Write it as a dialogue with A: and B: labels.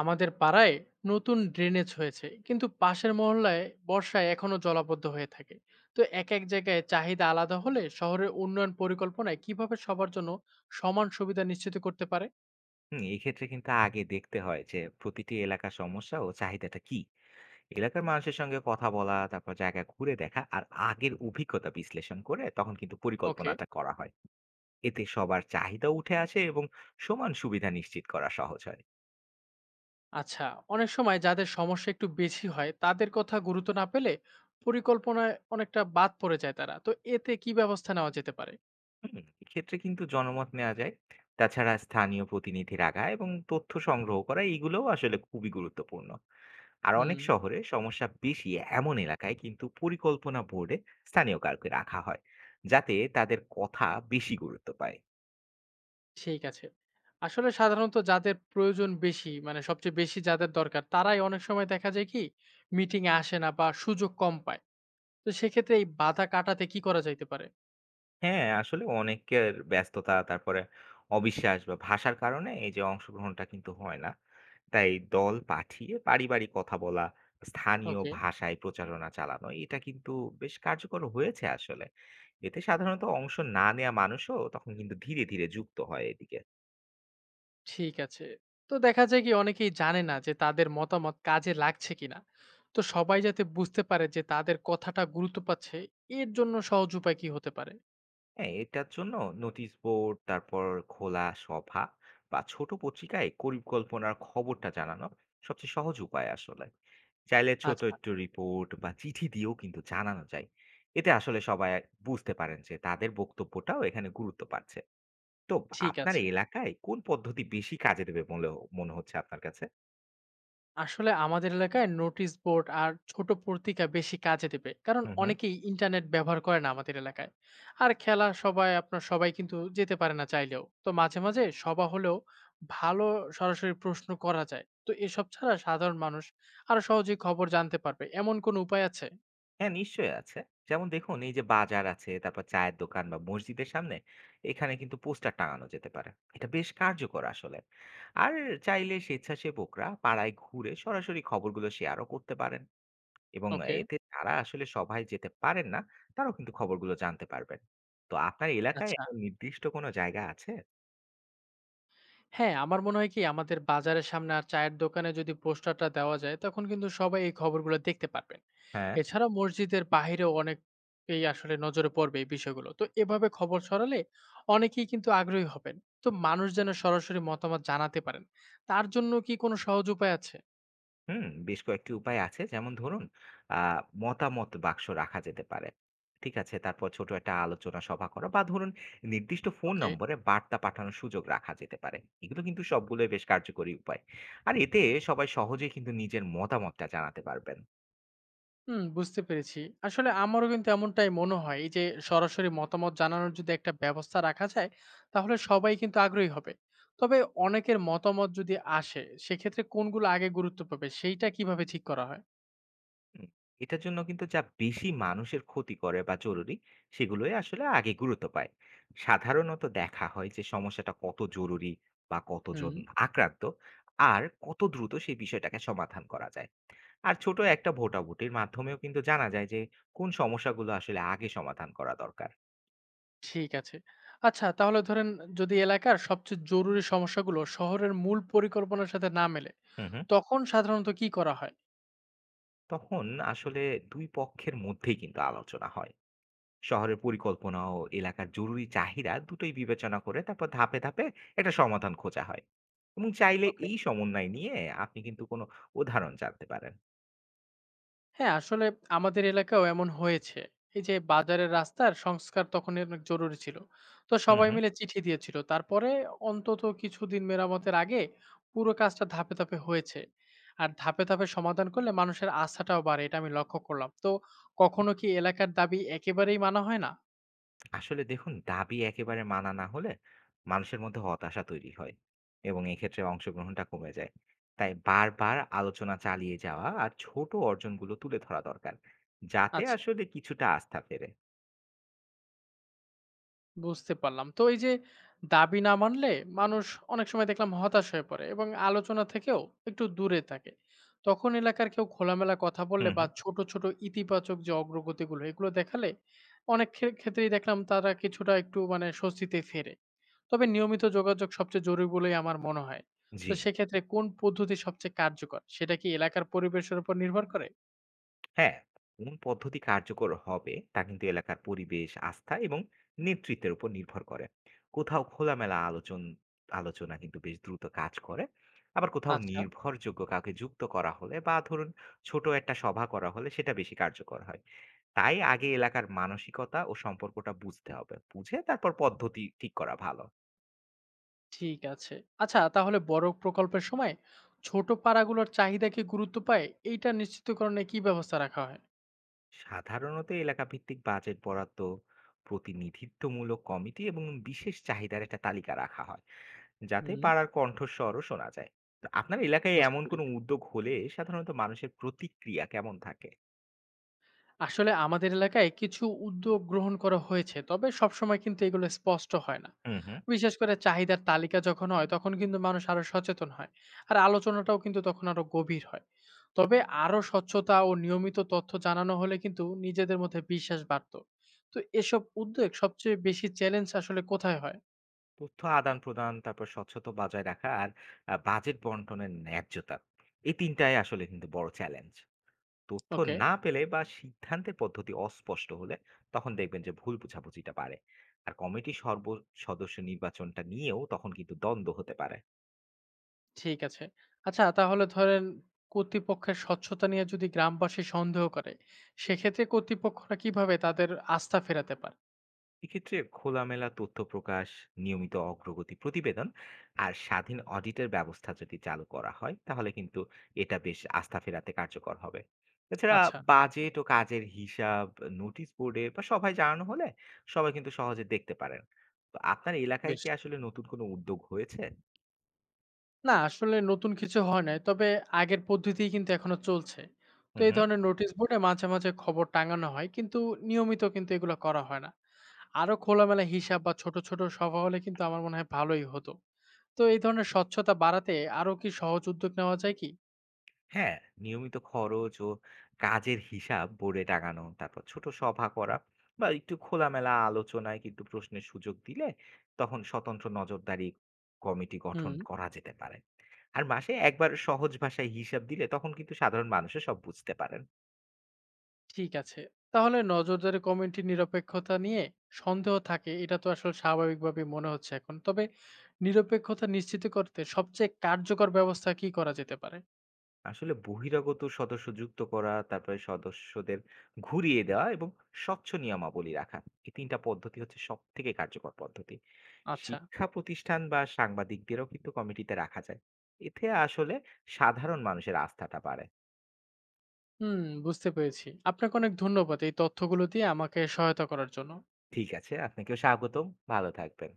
A: আমাদের পাড়ায় নতুন ড্রেনেজ হয়েছে, কিন্তু পাশের মহল্লায় বর্ষায় এখনো জলাবদ্ধ হয়ে থাকে। তো এক এক জায়গায় চাহিদা আলাদা হলে শহরের উন্নয়ন পরিকল্পনায় কিভাবে সবার জন্য সমান সুবিধা নিশ্চিত করতে পারে?
B: হুম, এই ক্ষেত্রে কিন্তু আগে দেখতে হয় যে প্রতিটি এলাকার সমস্যা ও চাহিদাটা কি। এলাকার মানুষের সঙ্গে কথা বলা, তারপর জায়গা ঘুরে দেখা আর আগের অভিজ্ঞতা বিশ্লেষণ করে তখন কিন্তু
A: ওকে।
B: পরিকল্পনাটা করা হয়। এতে সবার চাহিদা উঠে আসে এবং সমান সুবিধা নিশ্চিত করা সহজ হয়।
A: আচ্ছা, অনেক সময় যাদের সমস্যা একটু বেশি হয়, তাদের কথা গুরুত্ব না পেলে পরিকল্পনায় অনেকটা বাদ পড়ে যায় তারা। তো এতে কি ব্যবস্থা নেওয়া যেতে পারে?
B: হুম, এক্ষেত্রে কিন্তু জনমত নেওয়া যায়। তাছাড়া স্থানীয় প্রতিনিধি রাখা এবং তথ্য সংগ্রহ করা এইগুলোও আসলে খুবই গুরুত্বপূর্ণ। আর
A: হুম।
B: অনেক শহরে সমস্যা বেশি, এমন এলাকায় কিন্তু পরিকল্পনা বোর্ডে স্থানীয় কাউকে রাখা হয় যাতে তাদের কথা বেশি গুরুত্ব পায়।
A: ঠিক আছে। আসলে সাধারণত যাদের প্রয়োজন বেশি, মানে সবচেয়ে বেশি যাদের দরকার, তারাই অনেক সময় দেখা যায় কি মিটিং এ আসে না বা সুযোগ কম পায়। তো সেক্ষেত্রে এই বাধা কাটাতে কি করা যাইতে পারে?
B: হ্যাঁ, আসলে অনেকের ব্যস্ততা, তারপরে অবিশ্বাস বা ভাষার কারণে এই যে অংশগ্রহণটা কিন্তু হয় না। তাই দল পাঠিয়ে বাড়ি বাড়ি কথা বলা, স্থানীয়
A: ওকে।
B: ভাষায় প্রচারণা চালানো এটা কিন্তু বেশ কার্যকর হয়েছে আসলে। এতে সাধারণত অংশ না নেওয়া মানুষও তখন কিন্তু ধীরে ধীরে যুক্ত হয় এদিকে।
A: ঠিক আছে। তো দেখা যায় কি অনেকেই জানে না যে তাদের মতামত কাজে লাগছে কিনা। তো সবাই যাতে বুঝতে পারে যে তাদের কথাটা গুরুত্ব পাচ্ছে, এর জন্য সহজ উপায় কি হতে পারে?
B: হ্যাঁ, এটার জন্য নোটিশ বোর্ড, তারপর খোলা সভা বা ছোট পত্রিকায় পরিকল্পনার খবরটা জানানো সবচেয়ে সহজ উপায় আসলে। চাইলে ছোট
A: আচ্ছা।
B: একটু রিপোর্ট বা চিঠি দিয়েও কিন্তু জানানো যায়। এতে আসলে সবাই বুঝতে পারেন যে তাদের বক্তব্যটাও এখানে গুরুত্ব পাচ্ছে। তো
A: ঠিক
B: আপনার
A: আছে।
B: এলাকায় কোন পদ্ধতি বেশি কাজে দেবে বলে মনে হচ্ছে আপনার কাছে?
A: আসলে আমাদের এলাকায় নোটিশ বোর্ড আর ছোট পত্রিকা বেশি কাজে দেবে, কারণ
B: হুম, হুম।
A: অনেকেই ইন্টারনেট ব্যবহার করে না আমাদের এলাকায়। আর খেলা সবাই আপনার সবাই কিন্তু যেতে পারে না, চাইলেও। তো মাঝে মাঝে সভা হলেও ভালো, সরাসরি প্রশ্ন করা যায়। তো এসব ছাড়া সাধারণ মানুষ আরো সহজেই খবর জানতে পারবে এমন কোনো উপায় আছে?
B: হ্যাঁ, নিশ্চয়ই আছে। যেমন দেখুন, এই যে বাজার আছে, তারপর চায়ের দোকান বা মসজিদের সামনে, এখানে কিন্তু পোস্টার টাঙানো যেতে পারে। এটা বেশ কার্যকর আসলে। আর চাইলে স্বেচ্ছাসেবকরা পাড়ায় ঘুরে সরাসরি খবরগুলো শেয়ারও করতে পারেন। এবং
A: ওকে।
B: এতে যারা আসলে সভায় যেতে পারেন না, তারাও কিন্তু খবরগুলো জানতে পারবেন। তো আপনার এলাকায়
A: আচ্ছা।
B: এমন নির্দিষ্ট কোনো জায়গা আছে?
A: হ্যাঁ, আমার মনে হয় কি আমাদের বাজারের সামনে আর চায়ের দোকানে যদি পোস্টারটা দেওয়া যায়, তখন কিন্তু সবাই এই খবরগুলো দেখতে পারবেন।
B: হ্যাঁ।
A: এছাড়া মসজিদের বাহিরেও অনেকেই আসলে নজরে পড়বে এই বিষয়গুলো। তো এভাবে খবর ছড়ালে অনেকেই কিন্তু আগ্রহী হবেন। তো মানুষ যেন সরাসরি মতামত জানাতে পারেন, তার জন্য কি কোনো সহজ উপায় আছে?
B: হুম, বেশ কয়েকটি উপায় আছে। যেমন ধরুন, আ মতামত বাক্স রাখা যেতে পারে। ঠিক আছে? তারপর ছোট একটা আলোচনা সভা করা বা ধরুন নির্দিষ্ট ফোন
A: ওকে।
B: নম্বরে বার্তা পাঠানোর সুযোগ রাখা যেতে পারে। এগুলো কিন্তু সবগুলোই বেশ কার্যকরী উপায়। আর এতে সবাই সহজেই কিন্তু নিজের মতামতটা জানাতে পারবেন।
A: হুম, বুঝতে পেরেছি। আসলে আমারও কিন্তু এমনটাই মনে হয়। এই যে সরাসরি মতামত জানানোর যদি একটা ব্যবস্থা রাখা যায়, তাহলে সবাই কিন্তু আগ্রহী হবে। তবে অনেকের মতামত যদি আসে, সেক্ষেত্রে কোনগুলো আগে গুরুত্ব পাবে, সেইটা কিভাবে ঠিক করা হয়?
B: হুম, এটার জন্য কিন্তু যা বেশি মানুষের ক্ষতি করে বা জরুরি সেগুলোই আসলে আগে গুরুত্ব পায়। সাধারণত দেখা হয় যে সমস্যাটা কত জরুরি বা
A: হুম।
B: কতজন আক্রান্ত আর কত দ্রুত সেই বিষয়টাকে সমাধান করা যায়। আর ছোট একটা ভোটাভুটির মাধ্যমেও কিন্তু জানা যায় যে কোন সমস্যাগুলো আসলে আগে সমাধান করা দরকার।
A: ঠিক আছে। আচ্ছা, তাহলে ধরেন যদি এলাকার সবচেয়ে জরুরি সমস্যাগুলো শহরের মূল পরিকল্পনার সাথে না মেলে,
B: হুম, হুম।
A: তখন সাধারণত কি করা হয়?
B: তখন আসলে দুই পক্ষের মধ্যেই কিন্তু আলোচনা হয়। শহরের পরিকল্পনা ও এলাকার জরুরি চাহিদা দুটোই বিবেচনা করে তারপর ধাপে ধাপে একটা সমাধান খোঁজা হয়। এবং চাইলে
A: ওকে।
B: এই সমন্বয় নিয়ে আপনি কিন্তু কোনো উদাহরণ জানতে পারেন।
A: হ্যাঁ, আসলে আমাদের এলাকায়ও এমন হয়েছে। এই যে বাজারের রাস্তার সংস্কার, তখন এর অনেক জরুরি ছিল। তো
B: হুম,
A: সবাই
B: হুম।
A: মিলে চিঠি দিয়েছিল। তারপরে অন্তত কিছুদিন মেরামতের আগে পুরো কাজটা ধাপে ধাপে হয়েছে। আর ধাপে ধাপে সমাধান করলে মানুষের আস্থাটাও বাড়ে। এটা আমি লক্ষ্য করলাম। তো কখনো কি এলাকার দাবি একেবারেই মানা হয় না?
B: আসলে দেখুন, দাবি একেবারে মানা না হলে মানুষের মধ্যে হতাশা তৈরি হয় এবং এক্ষেত্রে অংশগ্রহণটা কমে যায়। তাই বারবার আলোচনা চালিয়ে যাওয়া আর ছোট অর্জনগুলো তুলে ধরা দরকার, যাতে
A: আচ্ছা।
B: আসলে কিছুটা আস্থা ফেরে।
A: বুঝতে পারলাম। তো এই যে দাবি না মানলে মানুষ অনেক সময় দেখলাম হতাশ হয়ে পড়ে এবং আলোচনা থেকেও একটু দূরে থাকে। তখন এলাকার কেউ খোলামেলা কথা বললে
B: হুম,
A: বা
B: হুম।
A: ছোট ছোট ইতিবাচক যে অগ্রগতিগুলো, এগুলো দেখালে অনেক ক্ষেত্রেই দেখলাম তারা কিছুটা একটু মানে স্বস্তিতে ফেরে। তবে নিয়মিত যোগাযোগ সবচেয়ে জরুরি বলেই আমার মনে হয়। তো
B: জি।
A: সেক্ষেত্রে কোন পদ্ধতি সবচেয়ে কার্যকর? সেটা কি এলাকার পরিবেশের উপর নির্ভর করে?
B: হ্যাঁ, কোন পদ্ধতি কার্যকর হবে তা কিন্তু এলাকার পরিবেশ, আস্থা এবং নেতৃত্বের উপর নির্ভর করে। কোথাও খোলামেলা আলোচনা কিন্তু বেশ দ্রুত কাজ করে। আবার কোথাও
A: আচ্ছা।
B: নির্ভরযোগ্য কাউকে যুক্ত করা হলে বা ধরুন ছোট একটা সভা করা হলে সেটা বেশি কার্যকর হয়। তাই আগে এলাকার মানসিকতা ও সম্পর্কটা বুঝতে হবে, বুঝে তারপর পদ্ধতি ঠিক করা ভালো।
A: ঠিক আছে। আচ্ছা, তাহলে বড় প্রকল্পের সময় ছোট পাড়াগুলোর চাহিদা কি গুরুত্ব পায়? এইটা নিশ্চিতকরণে কি ব্যবস্থা রাখা হয়?
B: সাধারণত এলাকা ভিত্তিক বাজেট বরাদ্দ, প্রতিনিধিত্বমূলক কমিটি এবং বিশেষ চাহিদার একটা তালিকা রাখা হয় যাতে
A: হুম।
B: পাড়ার কণ্ঠস্বরও শোনা যায়। তো আপনার এলাকায়
A: বুঝতে
B: এমন কোনো
A: পেরেছি।
B: উদ্যোগ হলে সাধারণত মানুষের প্রতিক্রিয়া কেমন থাকে?
A: আসলে আমাদের এলাকায় কিছু উদ্যোগ গ্রহণ করা হয়েছে, তবে সবসময় কিন্তু এগুলো স্পষ্ট হয় না।
B: হুম, হুম।
A: বিশেষ করে চাহিদার তালিকা যখন হয়, তখন কিন্তু মানুষ আরো সচেতন হয়, আর আলোচনাটাও কিন্তু তখন আরো গভীর হয়। তবে আরো স্বচ্ছতা ও নিয়মিত তথ্য জানানো হলে কিন্তু নিজেদের মধ্যে বিশ্বাস বাড়তো। তো এসব উদ্যোগ সবচেয়ে বেশি চ্যালেঞ্জ আসলে কোথায় হয়?
B: তথ্য আদান প্রদান, তারপর স্বচ্ছতা বজায় রাখা, আর বাজেট বন্টনের ন্যায্যতা, এই তিনটাই আসলে কিন্তু বড় চ্যালেঞ্জ। তথ্য
A: ওকে।
B: না পেলে বা সিদ্ধান্তের পদ্ধতি অস্পষ্ট হলে তখন দেখবেন যে ভুল বোঝাবুঝিটা বাড়ে। আর কমিটি সদস্য নির্বাচনটা নিয়েও তখন কিন্তু দ্বন্দ্ব হতে পারে।
A: ঠিক আছে। আচ্ছা, তাহলে ধরেন কর্তৃপক্ষের স্বচ্ছতা নিয়ে যদি গ্রামবাসী সন্দেহ করে, সেক্ষেত্রে কর্তৃপক্ষরা কিভাবে তাদের আস্থা ফেরাতে পারে?
B: এক্ষেত্রে খোলামেলা তথ্য প্রকাশ, নিয়মিত অগ্রগতি প্রতিবেদন আর স্বাধীন অডিটের ব্যবস্থা যদি চালু করা হয় তাহলে কিন্তু এটা বেশ আস্থা ফেরাতে কার্যকর হবে। তাছাড়া
A: আচ্ছা।
B: বাজেট ও কাজের হিসাব নোটিশ বোর্ডে বা সভায় জানানো হলে সবাই কিন্তু সহজে দেখতে পারেন। তো আপনার এলাকায়
A: বেশ।
B: কি আসলে নতুন কোনো উদ্যোগ হয়েছে?
A: না, আসলে নতুন কিছু হয় নাই। তবে আগের পদ্ধতিই কিন্তু এখনো চলছে। তো
B: হুম,
A: এই
B: হুম।
A: ধরনের নোটিশ বোর্ডে মাঝে মাঝে খবর টাঙানো হয়। কিন্তু নিয়মিত কিন্তু এগুলো করা হয় না। আরো খোলামেলা হিসাব বা ছোট ছোট সভা হলে কিন্তু আমার মনে হয় ভালোই হতো। তো এই ধরনের স্বচ্ছতা বাড়াতে আরো কি সহজ উদ্যোগ নেওয়া যায় কি?
B: হ্যাঁ, নিয়মিত খরচ ও কাজের হিসাব বোর্ডে টাঙানো, তারপর ছোট সভা করা বা একটু খোলামেলা আলোচনায় কিন্তু প্রশ্নের সুযোগ দিলে তখন স্বতন্ত্র নজরদারি কমিটি গঠন
A: হুম।
B: করা যেতে পারে। আর মাসে একবার সহজ ভাষায় হিসাব দিলে তখন কিন্তু সাধারণ মানুষও সব বুঝতে পারে।
A: ঠিক আছে। তাহলে নজরদারি কমিটির নিরপেক্ষতা নিয়ে সন্দেহ থাকে, এটা তো আসলে স্বাভাবিকভাবেই মনে হচ্ছে এখন। তবে নিরপেক্ষতা নিশ্চিত করতে সবচেয়ে কার্যকর ব্যবস্থা কি করা যেতে পারে?
B: আসলে বহিরাগত সদস্য যুক্ত করা, তারপরে সদস্যদের ঘুরিয়ে দেওয়া এবং স্বচ্ছ নিয়মাবলী রাখা, এই ৩ টা পদ্ধতি হচ্ছে সবথেকে কার্যকর পদ্ধতি।
A: আচ্ছা।
B: শিক্ষা প্রতিষ্ঠান বা সাংবাদিকদেরও কিন্তু কমিটিতে রাখা যায়। এতে আসলে সাধারণ মানুষের আস্থাটা বাড়ে।
A: হুম, বুঝতে পেরেছি। আপনাকে অনেক ধন্যবাদ এই তথ্যগুলো দিয়ে আমাকে সহায়তা করার জন্য।
B: ঠিক আছে, আপনাকেও স্বাগতম। ভালো থাকবেন।